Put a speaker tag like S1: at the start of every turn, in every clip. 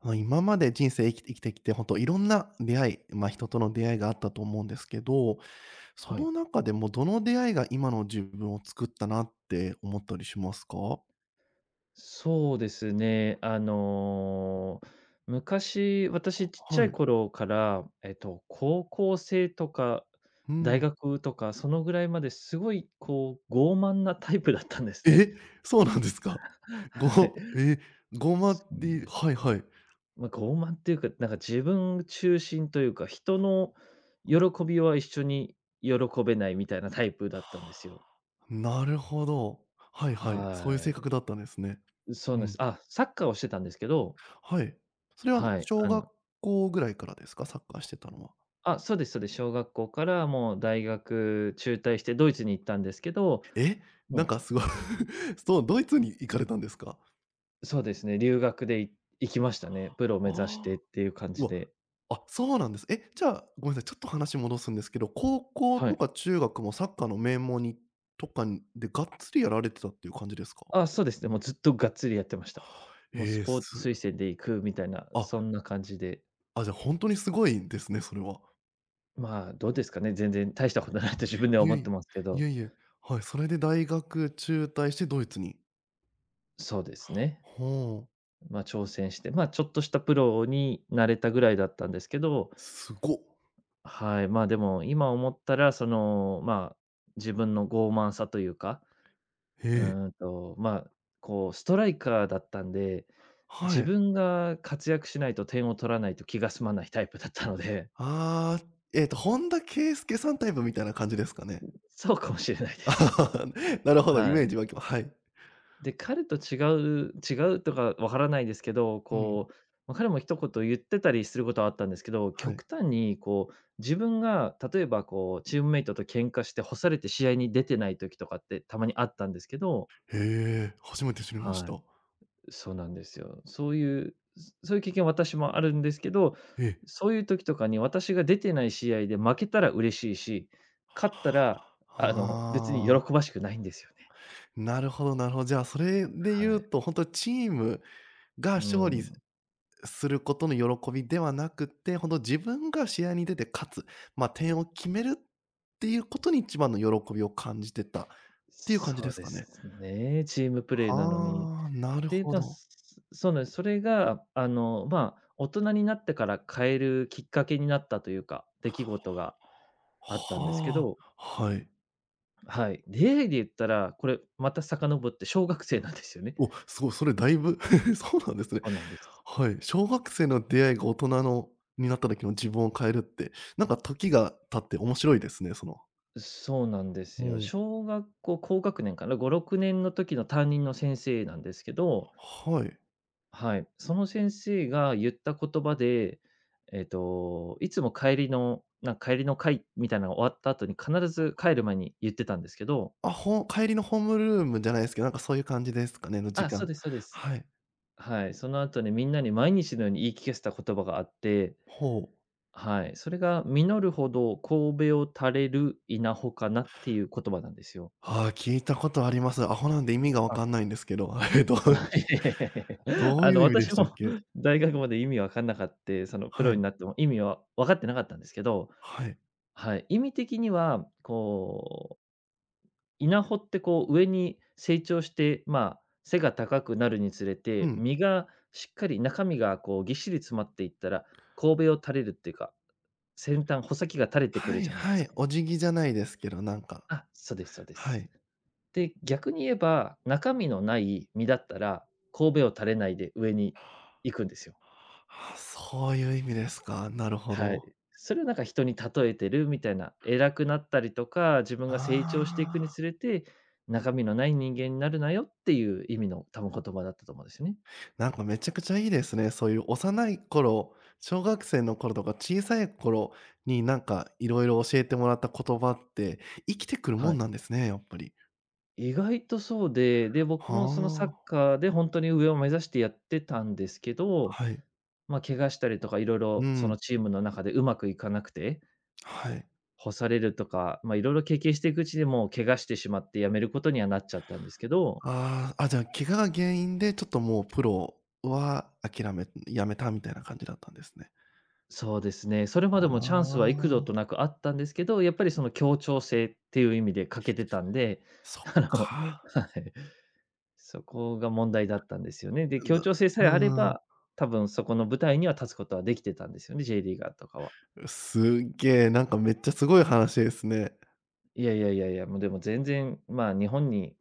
S1: あの、今まで人生生きてきて、本当いろんな出会い、まあ、人との出会いがあったと思うんですけど、そ
S2: はい。
S1: の中でもどの出会いが今の自分を作ったなって思ったりしますか？
S2: そうですね。昔、私ちっち
S1: は
S2: ゃい
S1: い。
S2: 頃から、高校生とか
S1: う
S2: 大
S1: ん。
S2: 学とか、そのぐらいまですごいこう、傲慢なタイプだったんですね。
S1: え！そうなんですか。
S2: はい。
S1: ごえ、ごま
S2: そう
S1: り
S2: です。
S1: はいはい。
S2: まあ、傲慢っていうか、なんか自分中心というか、人の喜びは一緒に喜べないみたいなタイプだったんですよ。
S1: なるほど。はいはい。そういう
S2: は
S1: 性
S2: い。
S1: 格だったんですね。
S2: そう
S1: う
S2: なんです。
S1: ん。
S2: あ、サッカーをしてたんですけど、
S1: はい。それは
S2: はい。
S1: 小
S2: あ
S1: 学
S2: の
S1: 校ぐらいからですか？サッカーしてたのは。
S2: あ、そうですそうです。小学校からもう大学中退してドイツに行ったんですけど、
S1: え、なん
S2: も
S1: かすごい そう、ドイツに行かれたんですか？
S2: うそうですね、留学で行きましたね。プロを
S1: あ
S2: 目指して
S1: あ、
S2: っていう感
S1: う
S2: じ
S1: わ、
S2: で。
S1: あ、そうなんです。え、じゃあ、ごめんなさい、ちょっと話戻すんですけど、高校
S2: は
S1: と
S2: い。
S1: か中学もサッカーの名門にとかにで、がっつりやられてたっていう感じですか？
S2: あ、そうですね、もうずっとがっつりやってました。もう
S1: へ
S2: ス
S1: え、
S2: ポー
S1: す
S2: ツ推薦で行くみたいな、そ
S1: あ、
S2: んな感じで。
S1: あ、じゃ、あ本当にすごいですね、それは。
S2: まあ、どうですかね、全然大したことないと自分では
S1: いえ
S2: 思
S1: い
S2: って
S1: え、
S2: ますけ
S1: い
S2: ど。
S1: えいえ、はい、それで大学中退してドイツに。
S2: そうですね。
S1: ほう、
S2: まあ、挑戦して、まあ、ちょっとしたプロになれたぐらいだったんですけど、
S1: すごっ。
S2: はい、まあ、でも、今思ったら、その、まあ、自分の傲慢さというか、
S1: へえ、
S2: まあ、こうストライカーだったんで、
S1: は
S2: 自
S1: い。
S2: 分が活躍しないと点を取らないと気が済まないタイプだったので、
S1: ああ、本田圭佑さんタイプみたいな感じですかね？
S2: そうかもしれないです。
S1: なるほど、イ
S2: はい。
S1: メージ湧きます、はい。
S2: で、彼と違うとかわからないですけど、
S1: うん、
S2: こう、ま、彼も一言言ってたりすることはあったんですけど、
S1: はい。
S2: 極端にこう、自分が例えばこう、チームメイトと喧嘩して干されて試合に出てない時とかってたまにあったんですけど、
S1: へえ、初めて知りまし
S2: は
S1: た。
S2: い、そうなんですよ。そういう、そういう経験私もあるんですけど、
S1: ええ。
S2: そういう時とかに私が出てない試合で負けたら嬉しいし、勝ったら、別に
S1: は
S2: 喜
S1: あ、
S2: ばしくないんですよね。
S1: なるほどなるほど。じゃあ、それで
S2: は
S1: 言う
S2: い。
S1: と、本当チームが
S2: う
S1: 勝利
S2: ん。
S1: することの喜びではなくて、本当自分が試合に出て勝つ、まあ、点を決めるっていうことに一番の喜びを感じてたっていう感じで
S2: そう
S1: す
S2: で
S1: かね。
S2: すね、チームプレーなのに。
S1: はあ、なる
S2: で、
S1: ほ
S2: まあ、
S1: ど。
S2: そうなんです。それが、まあ、大人になってから変えるきっかけになったというか、出来事があったんですけ
S1: はあ、
S2: ど、
S1: はい。
S2: はい。出会いで言ったら、これまた遡って小学生なんですよね。
S1: お、すごい、それだいぶ そうなんですね。
S2: そうなんです。
S1: はい、小学生の出会いが大人のになった時の自分を変えるって、なんか時が経って面白いですね、その。
S2: そうなんです
S1: う
S2: よ。
S1: ん。
S2: 小学校高学年かな、5、6年の時の担任の先生なんですけど、
S1: はい。
S2: はい、その先生が言った言葉で、いつも帰りのなんか帰りの会みたいなのが終わった後に、必ず帰る前に言ってたんですけど、
S1: あ、帰りのホームルームじゃないですけど、なんかそういう感じですかね、の時
S2: あ、そう
S1: 間。
S2: ですそうです。
S1: はい。
S2: はい、その後にみんなに毎日のように言い聞かせた言葉があって、
S1: ほう。
S2: はい、それが実るほど神戸を垂れる稲穂かなっていう言葉なんですよ。
S1: ああ、聞いたことあります。アホなんで意味がわ
S2: あ
S1: かんないんですけど、え、どう い
S2: あ、
S1: う
S2: いやいやいやいや、
S1: どういう意味でし
S2: 私
S1: たっ
S2: も
S1: け？
S2: 大学まで意味わかんなかって、そのプ
S1: は
S2: ロ
S1: い、
S2: になっても意味は分かってなかったんですけど、
S1: はい。
S2: はい、意味的には、こう、稲穂ってこう上に成長して、まあ、背が高くなるにつれ
S1: う
S2: て、
S1: ん。
S2: 実がしっかり中身がこうぎっしり詰まっていったら、神戸を垂れるっていうか、先端、穂先が垂れてく
S1: は
S2: る
S1: い
S2: じゃないで
S1: は
S2: す
S1: い、
S2: か。
S1: お辞儀じゃないですけど、なんか、
S2: あ、そうですそうで
S1: は
S2: す。
S1: い。
S2: で、逆に言えば、中身のない実だったら、神戸を垂れないで上に行くんですよ。
S1: あ、そういう意味ですか。なるほ
S2: はい。
S1: ど。
S2: それをなんか人に例えてるみたいな、偉くなったりとか、自分が成長していくに
S1: ああ、
S2: つれて、中身のない人間になるなよっていう意味の多分言葉だったと思うんですよね。
S1: なんかめちゃくちゃいいですね。そういう幼い頃、小学生の頃とか小さい頃になんかいろいろ教えてもらった言葉って、生きてくるも
S2: は
S1: ん
S2: い。
S1: なんですね、やっぱり。
S2: 意外とそうで、で、
S1: は
S2: 僕もそのサッ
S1: あ、
S2: カーで本当に上を目指してやってたんですけど、
S1: はい。
S2: まあ、怪我したりとかいろい
S1: う
S2: ろそ
S1: ん、
S2: のチームの中でうまくいかなくて、
S1: はい。
S2: 干されるとか、まあ、いろいろ経験していくうちでもう怪我してしまって辞めることにはなっちゃったんですけど、
S1: ああ、あ、じゃあ、怪我が原因でちょっともうプロは諦めやめたみたいな感じだったんですね。
S2: そうですね。それまで
S1: あ
S2: もチャンスは幾度と
S1: あ、
S2: なくあったんですけど、やっぱりその協調性っていう意味で欠けてたんで、
S1: そっ か。
S2: はい、そこが問題だったんですよね。で、協
S1: な
S2: 調性さ
S1: う
S2: えあれ
S1: ん。
S2: ば、多分そこの舞台には立つことはできてたんですよね、J リーガーとかは。
S1: すっげえ、なんかめっちゃすごい話ですね。
S2: いやいやいやいや、もうでも全然、まあ、日本に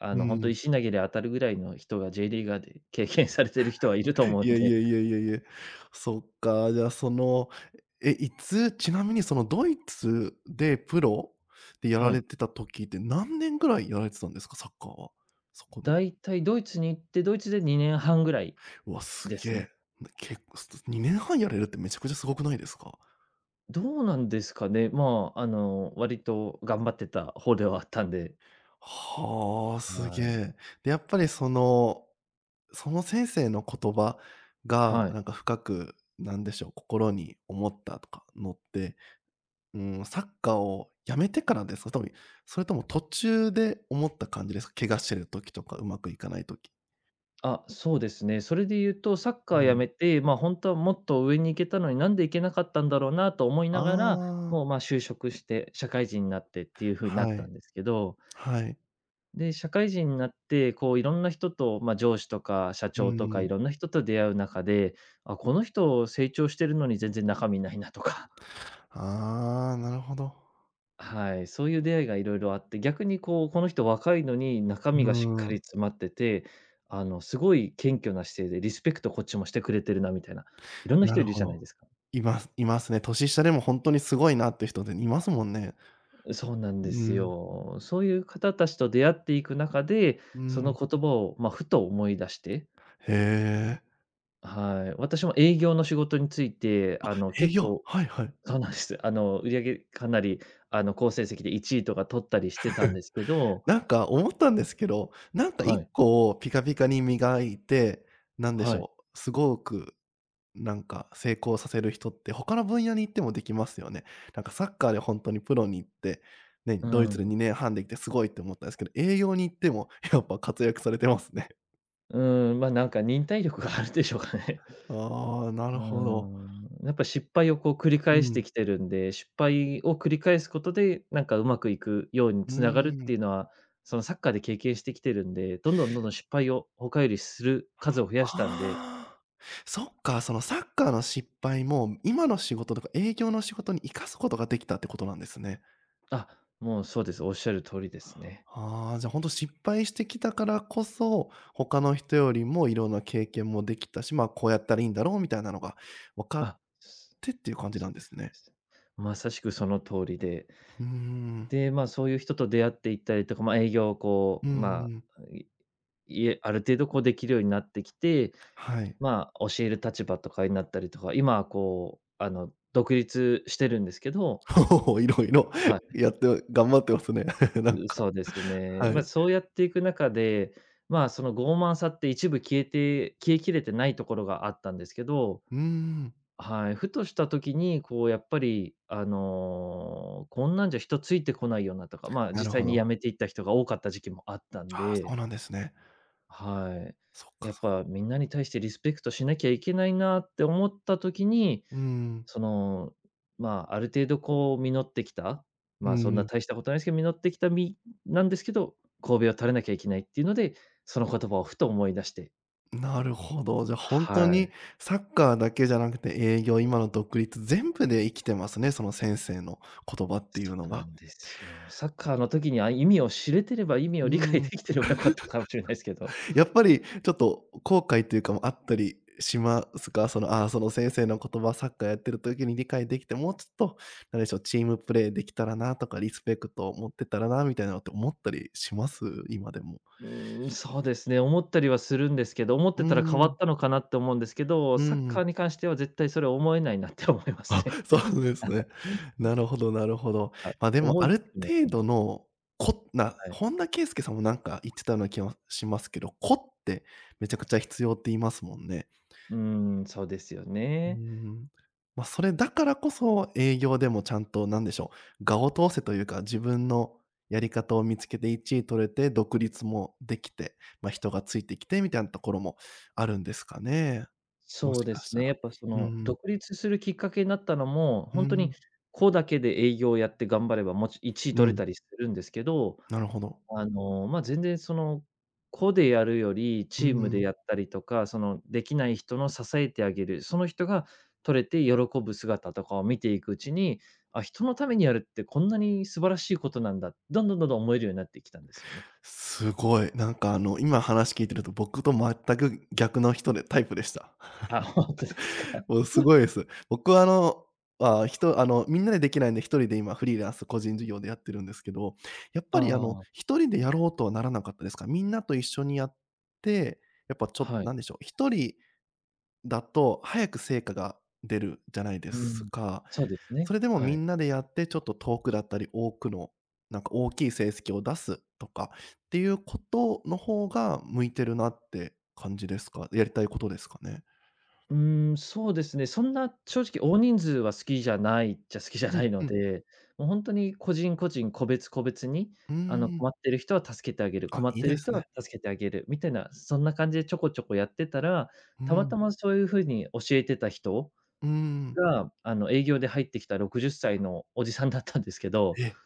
S1: う
S2: 本当
S1: ん。
S2: 石投げで当たるぐらいの人が J リーガーで経験されてる人はいると思う
S1: い
S2: ん
S1: やい
S2: で、
S1: やいやいやいや。そっか、じゃあその、え、いつ、ちなみにそのドイツでプロでやら
S2: は
S1: れ
S2: い。
S1: てた時って何年ぐらいやられてたんですか？サッカーは。そこで。
S2: だいたいドイツに行って、ドイツで2年半ぐらい
S1: うわ、す
S2: で
S1: げ
S2: す
S1: え。
S2: ね。
S1: 結構2年半やれるってめちゃくちゃすごくないですか？
S2: どうなんですかね。まあ、割と頑張ってた方ではあったんで。
S1: はあ、すげ
S2: はい。
S1: え。で、やっぱりその先生の言葉が、
S2: はい。
S1: なんか深く、なんでしょう、心に思ったとかのって、うん、サッカーを辞めてからですか？多分、それとも途中で思った感じですか？怪我してる時とかうまくいかない時。
S2: あ、そうですね。それで言うと、サッ
S1: う
S2: カー辞
S1: ん。
S2: めて、まあ、本当はもっと上に行けたのに、なんで行けなかったんだろうなと思い
S1: あ
S2: ながら、
S1: あ、
S2: もう、ま、就職して、社会人になってっていう風にな
S1: は
S2: った
S1: い、
S2: んですけど、
S1: はい。
S2: で、社会人になって、こう、いろんな人と、まあ、上司とか社
S1: う
S2: 長とか
S1: ん。
S2: いろんな人と出会う中で、あ、この人成長してるのに全然中身ないなとか。
S1: ああ、なるほど。
S2: はい、そういう出会いがいろいろあって、逆にこう、この人若いのに中身
S1: う
S2: がしっか
S1: ん、
S2: り詰まってて、すごい謙虚な姿勢でリスペクトこっちもしてくれてるなみたいな、いろんな
S1: な
S2: 人
S1: る
S2: いる
S1: ほ
S2: じゃ
S1: ど。
S2: ないですか。
S1: いますいますね。年下でもほんとにすごいなって人でいますもんね。
S2: そうなんで
S1: う
S2: す
S1: ん、
S2: よ。そういう方たちと出会っていく中で、
S1: う
S2: その
S1: ん。
S2: 言葉を、まあ、ふと思い出して、
S1: へえ。
S2: はい、私も営業の仕事について、
S1: え、い
S2: 結
S1: や、
S2: 構
S1: はいはい。
S2: そうなんです。売上かなり、好成績で1位とか取ったりしてたんですけど、
S1: なんか思ったんですけど、なんか
S2: は
S1: 一
S2: い、
S1: 個をピカピカに磨いて、なんでし
S2: はい。
S1: ょう、すごくなんか成功させる人って他の分野に行ってもできますよね。なんかサッカーでほんとにプロに行って、ね、
S2: う
S1: ドイツで
S2: ん。
S1: 2年半できてすごいって思ったんですけど、営業に行ってもやっぱ活躍されてますね。
S2: うーん、まあ、なんか忍耐力があるんでしょうかね。
S1: ああ、な
S2: う
S1: る
S2: ー
S1: ほど。
S2: ん、やっぱ失敗をこう繰り
S1: う
S2: 返して
S1: ん。
S2: きてるんで、失敗を繰り返すことで、なんかうまくいくように
S1: うー
S2: つながるって
S1: ん。
S2: いうのは、そのサッカーで経験してきてるんで、どんどんどんどん失敗を他よりする数を増やしたんで、
S1: ああ、そっか、そのサッカーの失敗も、今の仕事とか営業の仕事に生かすことができたってことなんですね。
S2: あ、もうそうです。おっしゃる通りですね。
S1: ああ、じゃあ本当失敗してきたからこそ、他の人よりもいろんな経験もできたし、まあ、こうやったらいいんだろうみたいなのが分かっ
S2: あ、
S1: てっていう感じ
S2: そ
S1: な
S2: そ
S1: ん
S2: う
S1: で
S2: です
S1: す
S2: そう
S1: ね。
S2: です。まさしくその通りで、
S1: うーん。
S2: で、まあ、そういう人と出会っていったりとか、まあ、営業を
S1: う
S2: こ
S1: んう
S2: う、ま
S1: ん。
S2: あ、いいえ、ある程度こうできるようになってきて、
S1: はい。
S2: まあ、教える立場とかになったりとか、今はこう、独立してるんですけど、
S1: おお、いろいろ
S2: は
S1: やって頑張ってますね。なん
S2: い、
S1: か。
S2: そうですね。
S1: は
S2: まあ、
S1: い。
S2: そうやっていく中で、まあ、その傲慢さって一部消えて消えきれてないところがあったんですけど、
S1: うーん。
S2: はい、ふとした時に、こうやっぱり、こんなんじゃ人ついてこないよなとか、まあ、
S1: なる
S2: 実
S1: ほ
S2: 際に辞
S1: ど。
S2: めていった人が多かった時期もあったん
S1: ああ、そ
S2: で、
S1: うなんですね。
S2: はい。
S1: そっか、
S2: やっ
S1: そ
S2: ぱみんなに対してリスペクトしなきゃいけないなって思った時に
S1: う、
S2: その、まあ、ある程度こう実ってきた、
S1: うー
S2: まあ、
S1: ん、う
S2: そんな
S1: ん、
S2: 大したことないですけど、実ってきた実なんですけど、頭を垂れなきゃいけないっていうので、その言葉をふと思い出して。
S1: なるほど。じゃ、あ本当
S2: は
S1: に
S2: い、
S1: サッカーだけじゃなくて営業、今の独立、全部で生きてますね、その先生の言葉って
S2: そ
S1: いうの
S2: うな
S1: が。
S2: んですよ。サッカーの時に、あ、意味を知れてれば、意味を
S1: う
S2: 理解で
S1: ん。
S2: きてればよかったかもしれないですけど。
S1: やっぱりちょっと後悔というかもあったりしますか？その、ああ、その先生の言葉、サッカーやってる時に理解できて、もうちょっと、なんでしょう、チームプレーできたらなとか、リスペクトを持ってたらなみたいなのって思ったりします？今でも。
S2: そうですね、思ったりはするんですけど、思っ
S1: う
S2: てたら変わっ
S1: ん。
S2: たのかなって思うんですけど、
S1: う
S2: サッカ
S1: ん。
S2: ーに関しては絶対それは思えないなって思います
S1: あ、
S2: ね。
S1: そ うですね。なるほどなるほど。
S2: はい、
S1: ま、でも
S2: 思
S1: あ
S2: いつ
S1: る
S2: つも
S1: 程
S2: 思えな
S1: 度
S2: い。
S1: の、
S2: はい。
S1: 本田圭佑さんもなんか言ってたような気はしますけど、こってめちゃくちゃ必要って言いますもんね。
S2: うーそうですよ
S1: うー
S2: ね。
S1: ん。まあ、それだからこそ、営業でもちゃんとなんでしょう、我を通せというか、自分のやり方を見つけて1位取れて、独立もできて、まあ、人がついてきてみたいなところもあるんですかね。も
S2: そ
S1: し
S2: うで
S1: かし
S2: す
S1: た
S2: ね。や
S1: ら。
S2: っぱそ
S1: うん
S2: の、
S1: うん。
S2: 独立するきっかけになったのも、
S1: う
S2: 本当に
S1: ん。
S2: 個だけで営業をやって頑張れば、もち1位
S1: う
S2: 取れ
S1: ん。
S2: たりするんですけど、
S1: なるほど。
S2: 全然その、個でやるよ
S1: うん、なるほど、
S2: り、チーム
S1: う
S2: で
S1: ん、
S2: やったりとか、その、できない人の支えてあげる、その人が取れて喜ぶ姿とかを見ていくうちに、あ、人のためにやるってこんなに素晴らしいことなんだ、どんどんどんどん思えるようになってきたんですよね。
S1: すごい。なんかあの、今話聞いてると僕と全く逆の人でタイプでした。
S2: あ、本当ですか。
S1: もうすごいです。僕はあの、まあ、人、あの、みんなでできないんで、一人で今フリーランス個人事業でやってるんですけど、やっぱ
S2: あ
S1: りあの、
S2: あ、
S1: 一人でやろうとはならなかったですか？みんなと一緒にやって、やっぱちょっと
S2: は
S1: な
S2: い。
S1: んでしょう、一人だと早く成果が出るじゃないで
S2: う
S1: す
S2: ん。
S1: か。
S2: そうです
S1: そ
S2: ね。
S1: れでも
S2: は
S1: み
S2: い。
S1: んなでやって、ちょっと遠くだったり、多くの、なんか大きい成績を出すとかっていうことの方が向いてるなって感じですか？やりたいことですかね？
S2: そうですね。そんな正直大人数は好きじゃないっちゃ好きじゃ
S1: う
S2: な
S1: ん、
S2: い
S1: う
S2: の
S1: ん。
S2: で、もうほんとに個人個人、個別個別に、
S1: うー
S2: 困
S1: ん。
S2: ってる人は助けてあげる、
S1: あ、
S2: 困っ
S1: いい
S2: て
S1: で
S2: る
S1: す
S2: 人は
S1: ね。
S2: 助けてあげるみたいな、そんな感じでちょこちょこやってたら、
S1: う
S2: たまた
S1: ん。
S2: まそういう風に教えてた人
S1: うーん。
S2: が、営業で入ってきた60歳のおじさんだったんですけど、
S1: え、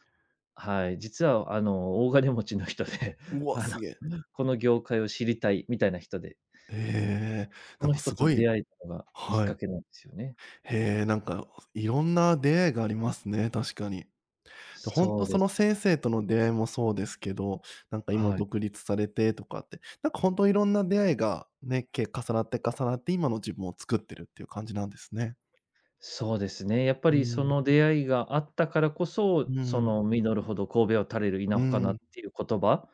S2: はい、実は、大金持ちの人で、
S1: う わ、
S2: あの、
S1: すげえ。
S2: この業界を知りたいみたいな人で、
S1: ええ、
S2: そ
S1: なん
S2: の
S1: かす
S2: 人と
S1: ごい、
S2: 出会えたのがきっ
S1: は
S2: か
S1: い。
S2: けなんですよね。
S1: へえ、なんか、いろんな出会いがありますね、確かに。で、ほん
S2: そ
S1: と
S2: う
S1: そ
S2: です。
S1: の先生との出会いもそうですけど、なんか今
S2: はい。
S1: 独立されてとかって、なんかほんといろんな出会いがね、重なって重なって今の自分を作ってるっていう感じなんですね。
S2: そうですね。やっぱ
S1: う
S2: りそ
S1: ん。
S2: の出会いがあったからこ
S1: うー
S2: そ、そ
S1: ん。
S2: の実るほど神戸を垂れる稲
S1: うー
S2: 穂かなっ
S1: ん。
S2: ていう言葉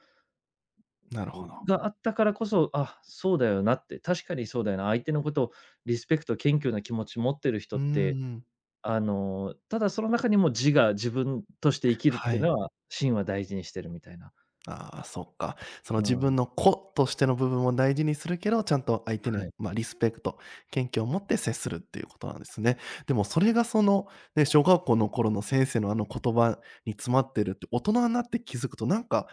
S1: なるほど。
S2: があったからこそ、あ、そうだよなって、確かにそうだよな、相手のことをリスペクト、謙虚な気持ち持ってる
S1: う
S2: 人
S1: ー
S2: って、
S1: ん。
S2: ただその中にも自我、自分として生きるっ
S1: は
S2: ていう
S1: い。
S2: のは、芯は大事にしてるみたいな。
S1: ああ、そっか。その
S2: うん、
S1: 自
S2: は
S1: 分の個としての部分を大事にするけど、ちゃんと相手に
S2: い。
S1: まあリスペクト、謙虚を持って接するっていうことなんですね。でもそれがその、ね、小学校の頃の先生のあの言葉に詰まってるって大人になって気づくとなんか、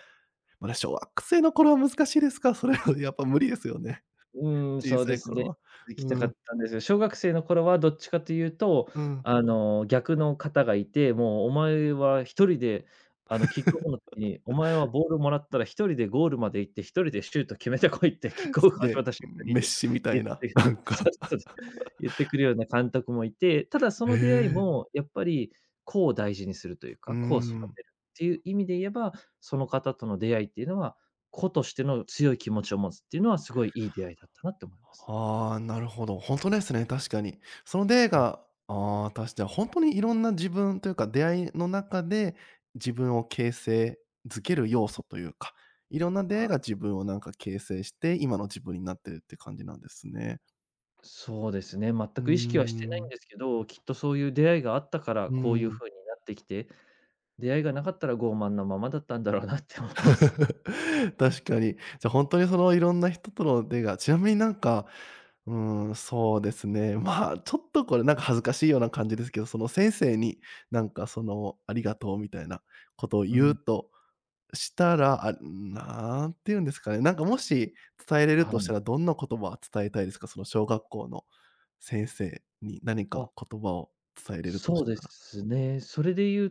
S1: まだ小学生の頃は難しいですか？それは やっぱ無理ですよね。
S2: う
S1: 小
S2: そう
S1: さ
S2: で
S1: い
S2: す
S1: 頃
S2: ね。
S1: は。
S2: 行きた
S1: う
S2: か
S1: ん、
S2: ったんですよ。小学生の頃はどっちかというと、
S1: うん。
S2: 逆の方がいて、もうお前は一人で、キックオフの時に、お前はボールもらったら一人でゴールまで行って、一人でシュート決めてこいってキック
S1: す
S2: オフ
S1: げ
S2: 始ま
S1: え、
S2: った瞬間にっ
S1: メッ
S2: て、
S1: シみた
S2: 言
S1: い
S2: っ
S1: な、
S2: て
S1: なん
S2: そ
S1: か。
S2: うそう言ってくるような監督もいて、ただそ
S1: へ
S2: の出会い
S1: え、
S2: もやっぱり個を大事にするという
S1: うー
S2: か、個を育てる
S1: ん。
S2: っていう意味で言えば、その方との出会いっていうのは子としての強い気持ちを持つっていうのは、すごいいい出会いだったなって思います。
S1: ああ、なるほど。本当ですね、確かに。その出会い
S2: うん。
S1: が、ああ、確かに本当にいろんな自分というか、出会いの中で、自分を形成づける要素というか、いろんな出会
S2: は
S1: いが自分をなんか形成して、今の自分になってるって感じなんですね。
S2: そうですね、全
S1: うー
S2: く意識はしてないん
S1: ん、
S2: ですけど、きっとそういう出会いがあったから、
S1: うー
S2: こういう
S1: ん。
S2: 風になってきて、出会いがなかったら傲慢なままだったんだろうなって思 います。
S1: 確かに。じゃ、あ本当にそのいろんな人との出がちなみになんか、うん、そうですね、まあ、ちょっとこれなんか恥ずかしいような感じですけど、その先生になんかその「ありがとう」みたいなことを
S2: う
S1: 言う
S2: ん、
S1: としたら、あ、なんて言うんですかね、なんかもし伝えれる
S2: は
S1: とし
S2: い。
S1: たらどんな言葉を伝えたいですか？その小学校の先生に何か
S2: あ、
S1: 言葉を伝えれると
S2: そ
S1: し
S2: うで
S1: たら。
S2: すね。それで言う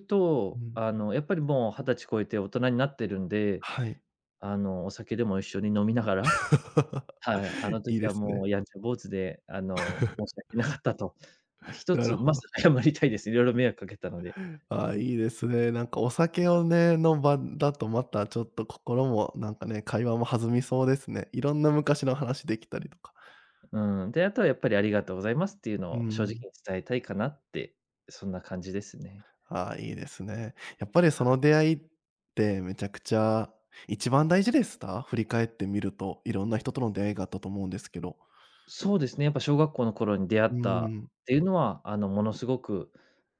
S1: う
S2: と、
S1: ん、
S2: やっぱりもう20歳超えて大人になってるんで、
S1: はい。
S2: お酒でも一緒に飲みながらはい、あ の
S1: いい
S2: 時
S1: で
S2: は
S1: す
S2: も
S1: ね。
S2: うやんちゃ坊主で、申し 訳なかったと。一
S1: なる
S2: つま
S1: ほ
S2: ず
S1: ど。
S2: 謝りたいです。いろいろ迷惑かけたので。
S1: ああ、いいですね。なんかお酒をね、の場だとまたちょっと心もなんかね、会話も弾みそうですね。いろんな昔の話できたりとか。
S2: うん。で、あとはやっぱりありがとうございますっていう
S1: う
S2: のを正直に
S1: ん。
S2: 伝えたいかなって、そんな感じですね。
S1: ああ、いいですね。やっぱりその出会いってめちゃくちゃ一番大事でした、振り返ってみると、いろんな人との出会いがあったと思うんですけど。
S2: そうですね、やっぱ小学校の頃に出会っ
S1: う
S2: たっ
S1: ん。
S2: ていうのは、ものすごく、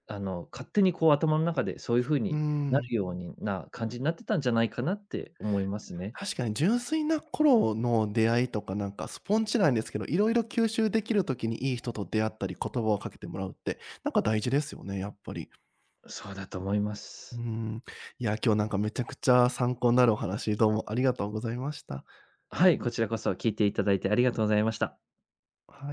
S2: 勝手にこう頭の中でそういう風
S1: う
S2: にな
S1: ん。
S2: るようにな感じになってたんじゃないかなって思いますね。
S1: 確かに純粋な頃の出会いとか、なんかスポンジなんですけど、いろいろ吸収できる時にいい人と出会ったり、言葉をかけてもらうって、なんか大事ですよね、やっぱり。
S2: そうだと思いま
S1: う
S2: す。
S1: ん。いや、今日なんかめちゃくちゃ参考になるお話、どうもありがとうございました。
S2: はい、こちらこそ聞いていただいてありがとうございました。
S1: はい。